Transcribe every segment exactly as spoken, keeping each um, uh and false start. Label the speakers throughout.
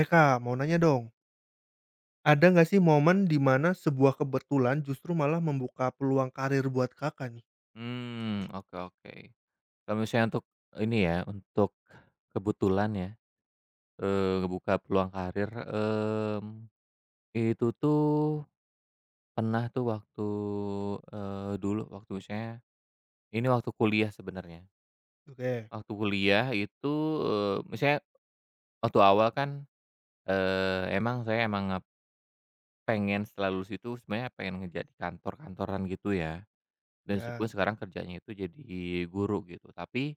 Speaker 1: Eh, Kak, mau nanya dong, ada nggak sih momen di mana sebuah kebetulan justru malah membuka peluang karir buat Kakak nih?
Speaker 2: Hmm, oke oke. Kalau misalnya untuk ini ya, untuk kebetulan ya, eee, ngebuka peluang karir. Em itu tuh pernah tuh waktu, eee, dulu waktu misalnya ini waktu kuliah sebenarnya.
Speaker 1: Oke,
Speaker 2: Waktu kuliah itu, eee, misalnya waktu awal kan, eee, emang saya emang nge pengen setelah lulus itu sebenarnya pengen ngejar di kantor-kantoran gitu ya, dan
Speaker 1: ya,
Speaker 2: meskipun sekarang kerjanya itu jadi guru gitu. Tapi,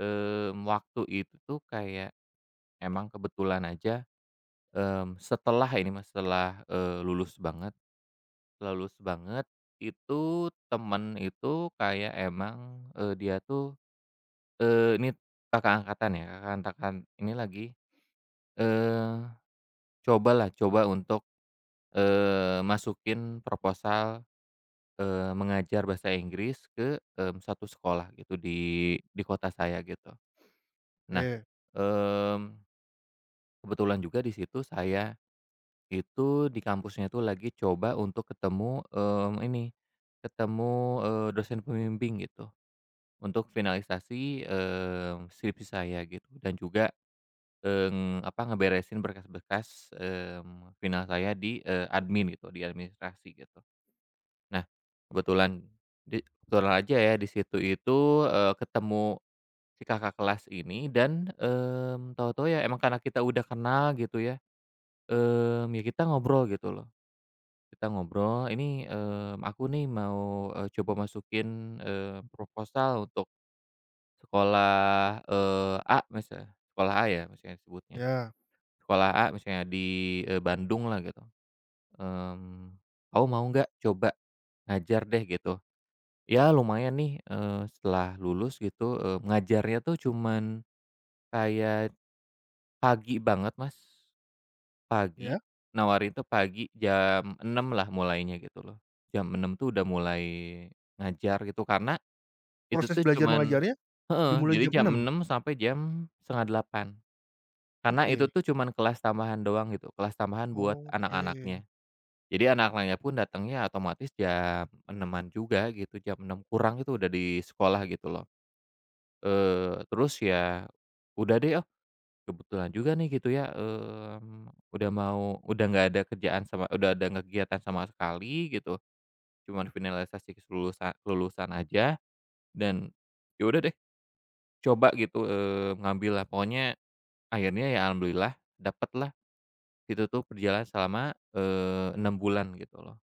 Speaker 2: mmm, waktu itu tuh kayak emang kebetulan aja, mmm, setelah ini Mas, setelah, eee, lulus banget, setelah lulus banget, itu temen itu kayak emang, eee, dia tuh, eee, ini kakak angkatan ya, kakak angkatan ini lagi, eee, cobalah coba untuk, eee, masukin proposal, eee, mengajar bahasa Inggris ke, mmm, satu sekolah gitu di di kota saya gitu. Nah,
Speaker 1: oke,
Speaker 2: mmm, kebetulan juga di situ saya itu di kampusnya tuh lagi coba untuk ketemu, mmm, ini, ketemu, eee, dosen pembimbing gitu untuk finalisasi, mmm, skripsi saya gitu dan juga, mmm, apa, ngeberesin berkas-berkas, mmm, final saya di, eee, admin gitu, di administrasi gitu. Nah, kebetulan di kebetulan aja ya di situ itu, eee, ketemu si kakak kelas ini dan, mmm, tahu-tahu ya emang karena kita udah kenal gitu ya, mmm, ya kita ngobrol gitu loh. Kita ngobrol, ini, mmm, aku nih mau, eee, coba masukin, eee, proposal untuk sekolah, eee, A misal sekolah A ya misalnya sebutnya,
Speaker 1: ya,
Speaker 2: sekolah A misalnya di, eee, Bandung lah gitu, mmm, "Kamu mau nggak coba ngajar deh?" Gitu. Ya lumayan nih, eee, setelah lulus gitu, eee, ngajarnya tuh cuman kayak pagi banget Mas. Pagi,
Speaker 1: ya,
Speaker 2: nawarin tuh pagi jam enam lah mulainya gitu loh. Jam enam tuh udah mulai ngajar gitu karena itu
Speaker 1: proses
Speaker 2: tuh
Speaker 1: belajar
Speaker 2: cuman
Speaker 1: mengajarnya
Speaker 2: heeh,
Speaker 1: dimulai
Speaker 2: jadi
Speaker 1: jam
Speaker 2: jam
Speaker 1: enam.
Speaker 2: enam sampai jam setengah delapan karena itu
Speaker 1: Oke,
Speaker 2: tuh cuman kelas tambahan doang gitu, kelas tambahan buat
Speaker 1: oke.
Speaker 2: anak-anaknya. Jadi anak-anaknya pun datangnya otomatis jam enaman juga gitu, jam enam kurang itu udah di sekolah gitu loh. Eee, terus ya udah deh, oh kebetulan juga nih gitu ya, mmm, udah mau udah nggak ada kerjaan sama udah ada nggak kegiatan sama sekali gitu, cuman finalisasi kelulusa kelulusan aja dan ya udah deh coba gitu, eee, ngambil lah pokoknya akhirnya ya alhamdulillah dapet lah itu tuh berjalan selama, eee, enam bulan gitu loh.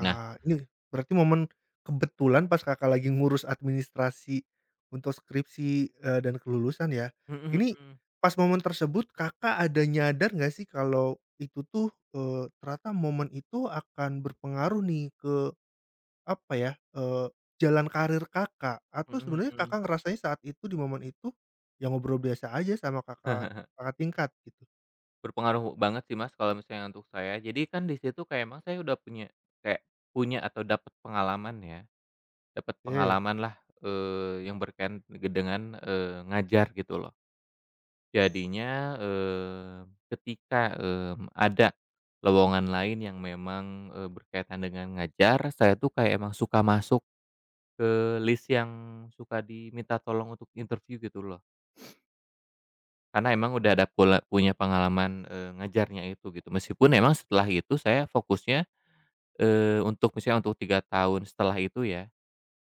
Speaker 2: Nah.
Speaker 1: ini berarti momen kebetulan pas Kakak lagi ngurus administrasi untuk skripsi, eee, dan kelulusan ya.
Speaker 2: Mhm
Speaker 1: Ini
Speaker 2: mhm,
Speaker 1: pas momen tersebut Kakak ada nyadar nggak sih kalau itu tuh, eee, ternyata momen itu akan berpengaruh nih ke apa ya, eee, jalan karir Kakak, atau
Speaker 2: mhm
Speaker 1: sebenarnya
Speaker 2: mhm.
Speaker 1: Kakak ngerasain saat itu di momen itu, ya ngobrol biasa aja sama kakak kakak tingkat gitu?
Speaker 2: Berpengaruh banget sih Mas kalau misalnya untuk saya, jadi kan di situ kayak emang saya udah punya kayak punya atau dapat pengalaman ya. Dapat pengalamanlah, eee, yang berkaitan dengan, eee, ngajar gitu loh. Jadinya, eee, ketika, mmm, ada lowongan lain yang memang, eee, berkaitan dengan ngajar, saya tuh kayak emang suka masuk ke list yang suka diminta tolong untuk interview gitu loh. Karena emang udah ada pula punya pengalaman, eee, ngajarnya itu gitu. Meskipun emang setelah itu saya fokusnya, eee, untuk misalnya untuk tiga tahun setelah itu ya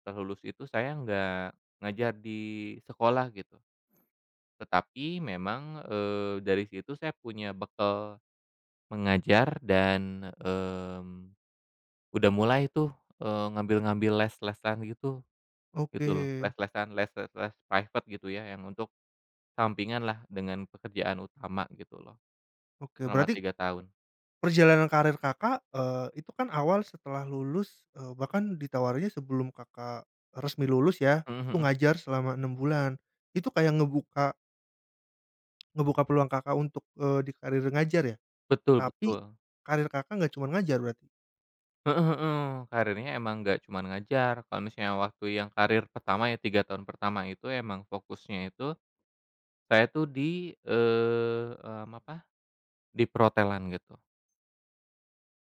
Speaker 2: setelah lulus itu saya nggak ngajar di sekolah gitu, tetapi memang, eee, dari situ saya punya bekal mengajar dan, mmm, udah mulai tuh, eee, ngambil-ngambil les-lesan gitu,
Speaker 1: Oke,
Speaker 2: gitu loh. Les-lesan les les private gitu ya, yang untuk sampingan lah dengan pekerjaan utama gitu loh,
Speaker 1: oke, oke,
Speaker 2: selama
Speaker 1: berarti
Speaker 2: tiga tahun.
Speaker 1: perjalanan karir Kakak, eee, itu kan awal setelah lulus, eee, bahkan ditawarinnya sebelum Kakak resmi lulus ya,
Speaker 2: Mhm
Speaker 1: itu
Speaker 2: mhm.
Speaker 1: ngajar selama enam bulan. Itu kayak ngebuka ngebuka peluang Kakak untuk, eee, di karir ngajar ya?
Speaker 2: Betul
Speaker 1: Tapi
Speaker 2: betul.
Speaker 1: karir Kakak nggak cuman ngajar berarti?
Speaker 2: Heeh heeh. Karirnya emang nggak cuma ngajar, kalau misalnya waktu yang karir pertama ya tiga tahun pertama itu emang fokusnya itu saya tuh di, eee, mmm, apa, di perhotelan gitu,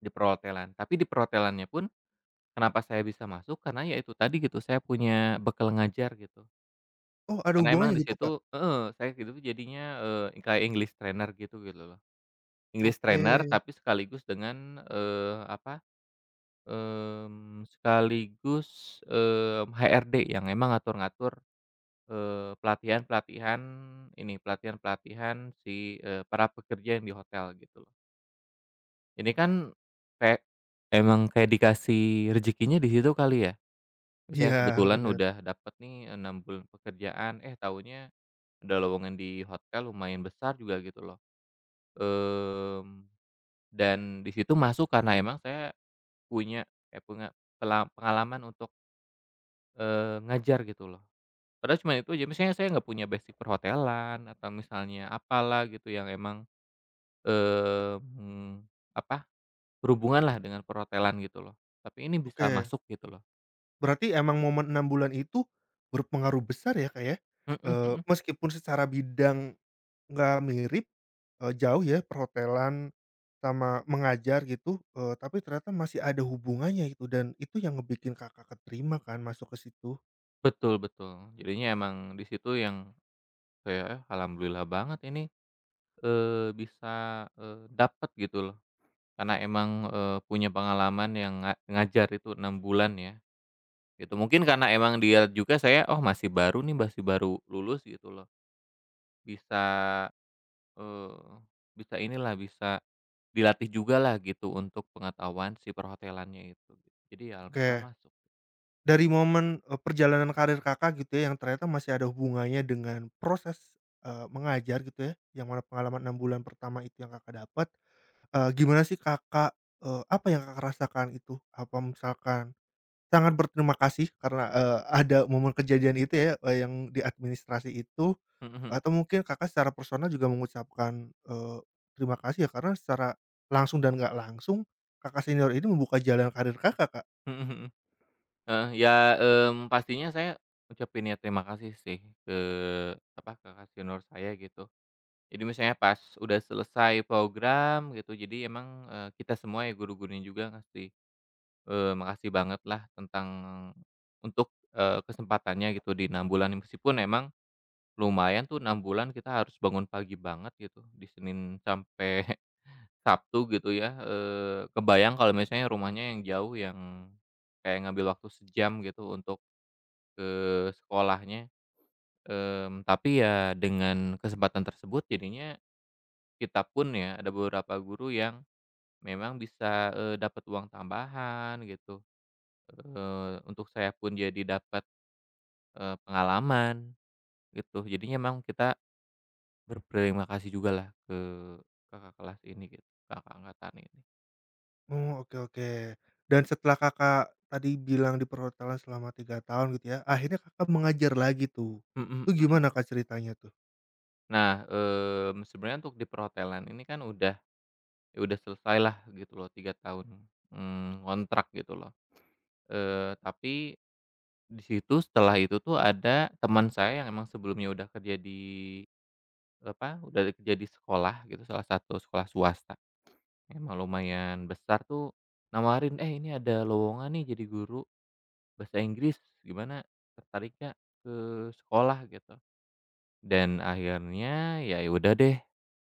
Speaker 2: di perhotelan. Tapi di perhotelannya pun kenapa saya bisa masuk, karena ya itu tadi gitu, saya punya bekal ngajar gitu.
Speaker 1: Oh, ada
Speaker 2: Karena emang
Speaker 1: hubungannya
Speaker 2: di
Speaker 1: gitu, Kak?
Speaker 2: situ heeh, saya gitu tuh jadinya, eee, kayak English trainer gitu gitu loh. English
Speaker 1: Oke,
Speaker 2: trainer tapi sekaligus dengan, eee, apa, mmm, sekaligus, eee, H R D yang emang ngatur-ngatur, eee, pelatihan-pelatihan ini, pelatihan-pelatihan si, eee, para pekerja yang di hotel gitu loh. Ini kan kayak emang kayak dikasih rezekinya di situ kali ya? Misalnya
Speaker 1: iya
Speaker 2: kebetulan
Speaker 1: bener.
Speaker 2: udah dapet nih enam bulan pekerjaan, eh taunya ada lowongan di hotel lumayan besar juga gitu loh. Mmm, dan di situ masuk karena emang saya punya kayak punya pela pengalaman untuk, eee, ngajar gitu loh. Padahal cuma itu aja, misalnya saya nggak punya basic perhotelan atau misalnya apalah gitu yang emang, mmm, apa berhubungan lah dengan perhotelan gitu loh, tapi ini bisa
Speaker 1: Oke,
Speaker 2: masuk gitu loh.
Speaker 1: berarti emang momen enam bulan itu berpengaruh besar ya, Kak, ya?
Speaker 2: Mhm
Speaker 1: Eee,
Speaker 2: mhm.
Speaker 1: meskipun secara bidang nggak mirip, eee, jauh ya perhotelan sama mengajar gitu, eee, tapi ternyata masih ada hubungannya itu dan itu yang ngebikin Kakak keterima kan masuk ke situ.
Speaker 2: Betul betul. Jadinya emang di situ yang kayak, eh, alhamdulillah banget ini, eee, bisa, eee, dapet gitu loh, karena emang, eee, punya pengalaman yang nga ngajar itu enam bulan ya, gitu. Mungkin karena emang dia juga saya, oh masih baru nih, masih baru lulus gitu loh. Bisa, eee, bisa inilah, bisa dilatih jugalah gitu untuk pengetahuan si perhotelannya itu, gitu. Jadi ya alhamdulillah
Speaker 1: Oke,
Speaker 2: masuk.
Speaker 1: dari momen, eee, perjalanan karir Kakak gitu ya yang ternyata masih ada hubungannya dengan proses, eee, mengajar gitu ya, yang mana pengalaman enam bulan pertama itu yang Kakak dapat. Eee, gimana sih Kakak, eee, apa yang Kakak rasakan itu? Apa misalkan sangat berterima kasih karena, eee, ada momen kejadian itu ya, eee, yang di administrasi itu,
Speaker 2: Mhm mhm.
Speaker 1: atau mungkin Kakak secara personal juga mengucapkan, eee, terima kasih ya karena secara langsung dan nggak langsung, kakak senior ini membuka jalan karir Kakak, Kak?
Speaker 2: Mhm mhm. Heeh, ya, mmm, pastinya saya ucapin ya terima kasih sih ke apa, ke kasionor saya gitu. Jadi misalnya pas udah selesai program gitu, jadi emang, eee, kita semua ya guru-gurunya juga ngasih, eee, makasih banget lah tentang untuk, eee, kesempatannya gitu di enam bulan, meskipun emang lumayan tuh enam bulan kita harus bangun pagi banget gitu, di Senin sampai Sabtu gitu ya, eee, kebayang kalau misalnya rumahnya yang jauh yang kayak ngambil waktu sejam gitu untuk ke sekolahnya, mmm, tapi ya dengan kesempatan tersebut jadinya kita pun ya ada beberapa guru yang memang bisa, eee, dapat uang tambahan gitu, eee, untuk saya pun jadi dapat, eee, pengalaman gitu. Jadinya memang kita berterima kasih juga lah ke kakak kelas ini gitu, kakak angkatan ini.
Speaker 1: Oh, oke, oke. Dan setelah Kakak tadi bilang di perhotelan selama tiga tahun gitu ya, akhirnya Kakak mengajar lagi tuh. Itu
Speaker 2: Mhm mhm.
Speaker 1: gimana, Kak, ceritanya tuh?
Speaker 2: Nah, mmm, sebenarnya untuk di perhotelan ini kan udah ya udah selesai lah gitu loh tiga tahun, mmm, ngontrak gitu loh, eee, tapi di situ setelah itu tuh ada teman saya yang emang sebelumnya udah kerja di, apa, udah kerja di sekolah gitu, salah satu sekolah swasta, emang lumayan besar tuh nawarin, "Eh, ini ada lowongan nih jadi guru bahasa Inggris, gimana tertarik nggak ke sekolah?" Gitu. Dan akhirnya ya ya udah deh,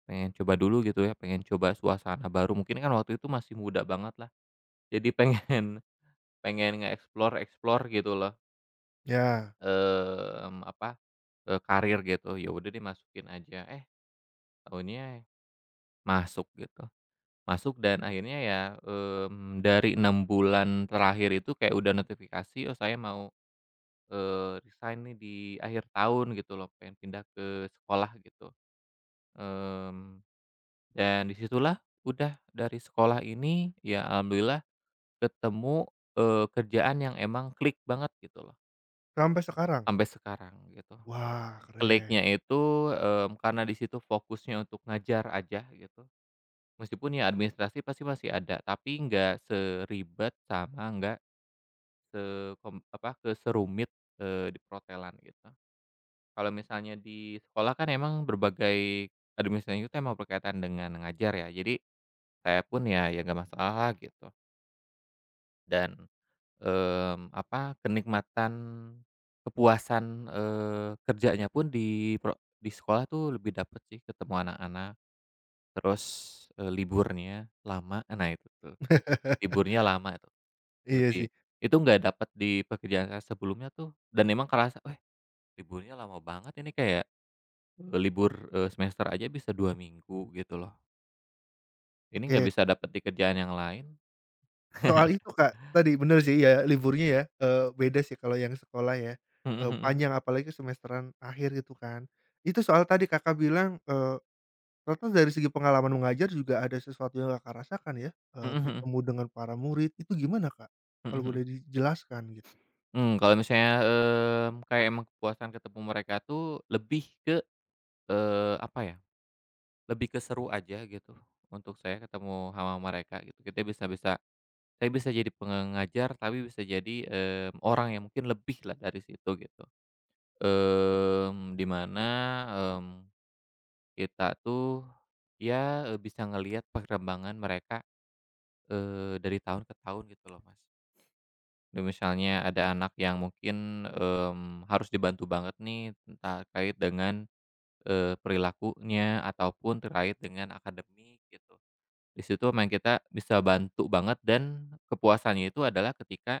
Speaker 2: pengen coba dulu gitu ya, pengen coba suasana baru, mungkin kan waktu itu masih muda banget lah, jadi pengen pengen nge-explore-explore gitu loh,
Speaker 1: Ya,
Speaker 2: mmm, apa Eee, karir gitu, ya udah deh masukin aja. Eh, tahunnya masuk gitu. Masuk dan akhirnya ya, mmm, dari enam bulan terakhir itu kayak udah notifikasi, "Oh saya mau, eee, resign nih di akhir tahun," gitu loh, pengen pindah ke sekolah gitu. Mmm, dan disitulah udah dari sekolah ini ya alhamdulillah ketemu, eee, kerjaan yang emang klik banget gitu loh,
Speaker 1: sampai sekarang?
Speaker 2: sampai sekarang gitu.
Speaker 1: Wah, keren.
Speaker 2: Kliknya itu, mmm, karena di situ fokusnya untuk ngajar aja gitu. Meskipun ya administrasi pasti masih ada, tapi nggak seribet sama nggak sekom apa, ke serumit di perhotelan gitu. Kalau misalnya di sekolah kan emang berbagai administrasi itu emang berkaitan dengan ngajar ya, jadi saya pun ya ya nggak masalah gitu dan, mmm, apa, kenikmatan kepuasan, eee, kerjanya pun di pro di sekolah tuh lebih dapet sih ketemu anak-anak, terus, eee, liburnya lama, nah itu tuh, liburnya lama tuh.
Speaker 1: Iya
Speaker 2: Lebih
Speaker 1: sih.
Speaker 2: itu nggak dapat di pekerjaan saya sebelumnya tuh dan emang kerasa, "Weh, liburnya lama banget ini," kayak, eee, libur, eee, semester aja bisa dua minggu gitu loh. Ini nggak
Speaker 1: Oke,
Speaker 2: bisa dapat di kerjaan yang lain.
Speaker 1: soal itu Kak, tadi bener sih ya liburnya ya, eee, beda sih kalau yang sekolah ya,
Speaker 2: Mhm
Speaker 1: eee,
Speaker 2: mhm.
Speaker 1: panjang apalagi semesteran akhir gitu kan. Itu soal tadi Kakak bilang, eee, ternyata dari segi pengalaman mengajar juga ada sesuatu yang Kakak rasakan ya, eee,
Speaker 2: Mhm mhm.
Speaker 1: bertemu dengan para murid, itu gimana Kak?
Speaker 2: Mhm
Speaker 1: Kalau
Speaker 2: mhm.
Speaker 1: boleh dijelaskan gitu.
Speaker 2: Mmm, kalau misalnya, mmm, kayak emang kepuasan ketemu mereka tuh lebih ke, eee, apa ya, lebih ke seru aja gitu untuk saya ketemu sama mereka gitu. Kita bisa bisa Saya bisa jadi pengajar tapi bisa jadi, mmm, orang yang mungkin lebih lah dari situ gitu. Mmm, di mana, mmm, kita tuh ya, eee, bisa ngelihat perkembangan mereka, eee, dari tahun ke tahun gitu loh, Mas. Dan misalnya ada anak yang mungkin, mmm, harus dibantu banget nih terkait dengan, eee, perilakunya ataupun terkait dengan akademik gitu. Di situ memang kita bisa bantu banget dan kepuasannya itu adalah ketika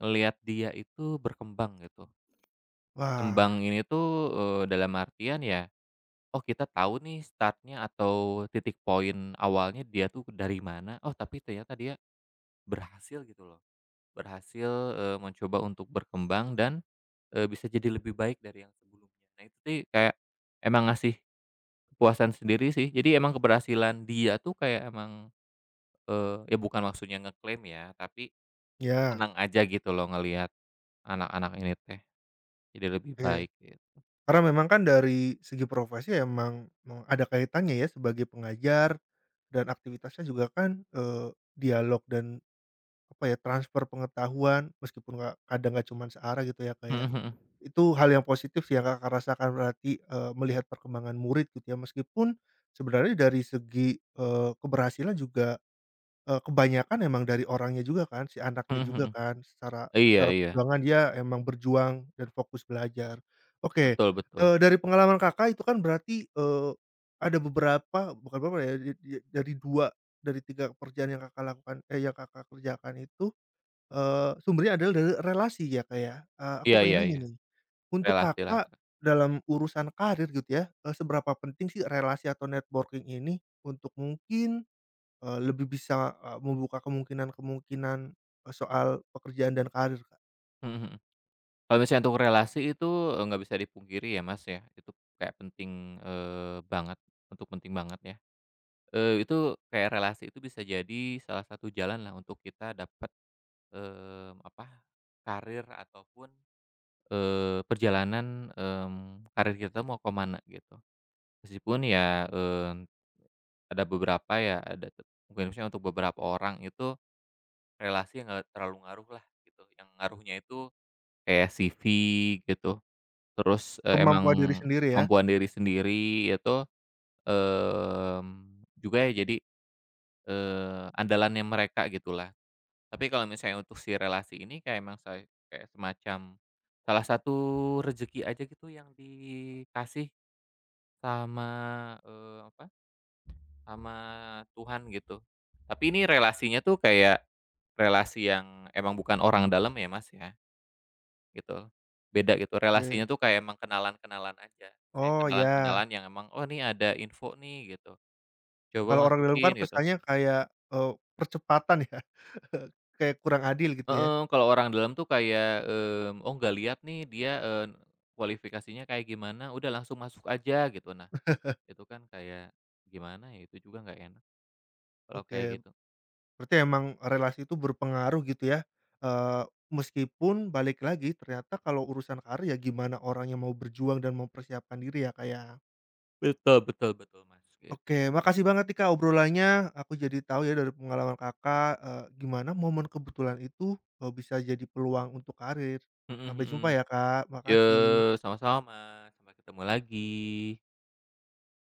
Speaker 2: ngelihat dia itu berkembang gitu.
Speaker 1: Wah,
Speaker 2: Berkembang ini tuh, eee, dalam artian ya oh kita tahu nih startnya atau titik poin awalnya dia tuh dari mana, oh tapi ternyata dia berhasil gitu loh, berhasil, eee, mencoba untuk berkembang dan, eee, bisa jadi lebih baik dari yang sebelumnya. Nah itu sih kayak emang ngasih kepuasan sendiri sih, jadi emang keberhasilan dia tuh kayak emang, eee, ya bukan maksudnya ngeklaim ya, tapi
Speaker 1: ya
Speaker 2: senang aja gitu loh ngelihat anak-anak ini teh jadi lebih
Speaker 1: oke.
Speaker 2: baik gitu.
Speaker 1: Karena memang kan dari segi profesi emang me ada kaitannya ya sebagai pengajar dan aktivitasnya juga kan, eee, dialog dan apa ya, transfer pengetahuan meskipun nggak kadang nggak cuman searah gitu ya, Kak, ya. Itu hal yang positif sih yang Kakak rasakan berarti, eee, melihat perkembangan murid gitu ya, meskipun sebenarnya dari segi, eee, keberhasilan juga eee, kebanyakan emang dari orangnya juga kan, si anaknya
Speaker 2: Mhm
Speaker 1: juga
Speaker 2: mhm.
Speaker 1: kan, secara
Speaker 2: Iya
Speaker 1: secara
Speaker 2: iya.
Speaker 1: perjuangan dia emang berjuang dan fokus belajar. Oke,
Speaker 2: Betul betul.
Speaker 1: eee, dari pengalaman Kakak itu kan berarti, eee, ada beberapa bukan beberapa ya, di di dari dua dari tiga pekerjaan yang Kakak lakukan eh, yang Kakak kerjakan itu, eee, sumbernya adalah dari relasi ya, Kak, ya? Eee, aku
Speaker 2: Iya iya
Speaker 1: pengen nanya
Speaker 2: iya.
Speaker 1: nih, untuk
Speaker 2: Relasi lah.
Speaker 1: Kakak dalam urusan karir gitu ya, eee, seberapa penting sih relasi atau networking ini untuk mungkin eee, lebih bisa, eee, membuka kemungkinan-kemungkinan, eee, soal pekerjaan dan karir, Kak.
Speaker 2: Mhm mhm. Kalau misalnya untuk relasi itu, eee, nggak bisa dipungkiri ya, Mas, ya, itu kayak penting, eee, banget, untuk penting banget ya. Eee, itu kayak relasi itu bisa jadi salah satu jalan lah untuk kita dapat, mmm, apa, karir ataupun, eee, perjalanan, mmm, karir kita mau ke mana gitu. Meskipun ya, eee, ada beberapa ya, ada tet mungkin misalnya untuk beberapa orang itu relasi yang nggak terlalu ngaruh lah gitu, yang ngaruhnya itu kayak C V gitu. Terus, eee, emang
Speaker 1: Kemampuan diri sendiri ya?
Speaker 2: kemampuan diri sendiri itu, mmm, juga ya jadi, eee, andalannya mereka gitulah. Tapi kalau misalnya untuk si relasi ini kayak emang saya kayak semacam salah satu rezeki aja gitu yang dikasih sama, eee, apa, sama Tuhan gitu. Tapi ini relasinya tuh kayak relasi yang emang bukan orang dalam ya, Mas, ya? Gitu, beda gitu
Speaker 1: Oke.
Speaker 2: relasinya tuh kayak emang kenalan-kenalan aja, misalnya
Speaker 1: Oh ya,
Speaker 2: kenalan-kenalan yang emang, "Oh nih ada info nih," gitu, "coba
Speaker 1: kalau orang dalam
Speaker 2: masukin,"
Speaker 1: kan
Speaker 2: gitu.
Speaker 1: kesannya kayak, eee, percepatan ya, kayak kurang adil gitu ya?
Speaker 2: Heeh, kalau orang dalam tuh kayak, mmm, "Oh nggak lihat nih dia, eee, kualifikasinya kayak gimana, udah langsung masuk aja," gitu. Nah, itu kan kayak gimana ya, itu juga nggak enak kalau kayak
Speaker 1: Oke,
Speaker 2: gitu.
Speaker 1: berarti emang relasi itu berpengaruh gitu ya? Eee, meskipun balik lagi ternyata kalau urusan karir ya gimana orangnya mau berjuang dan mempersiapkan diri ya, kayak
Speaker 2: Betul betul betul Mas, gitu.
Speaker 1: oke, makasih banget nih Kak obrolannya. Aku jadi tahu ya dari pengalaman Kakak, eee, gimana momen kebetulan itu, eee, bisa jadi peluang untuk karir.
Speaker 2: Mhm
Speaker 1: Sampai
Speaker 2: mhm.
Speaker 1: jumpa ya Kak,
Speaker 2: Yo,
Speaker 1: makasih.
Speaker 2: sama-sama, sampai ketemu lagi.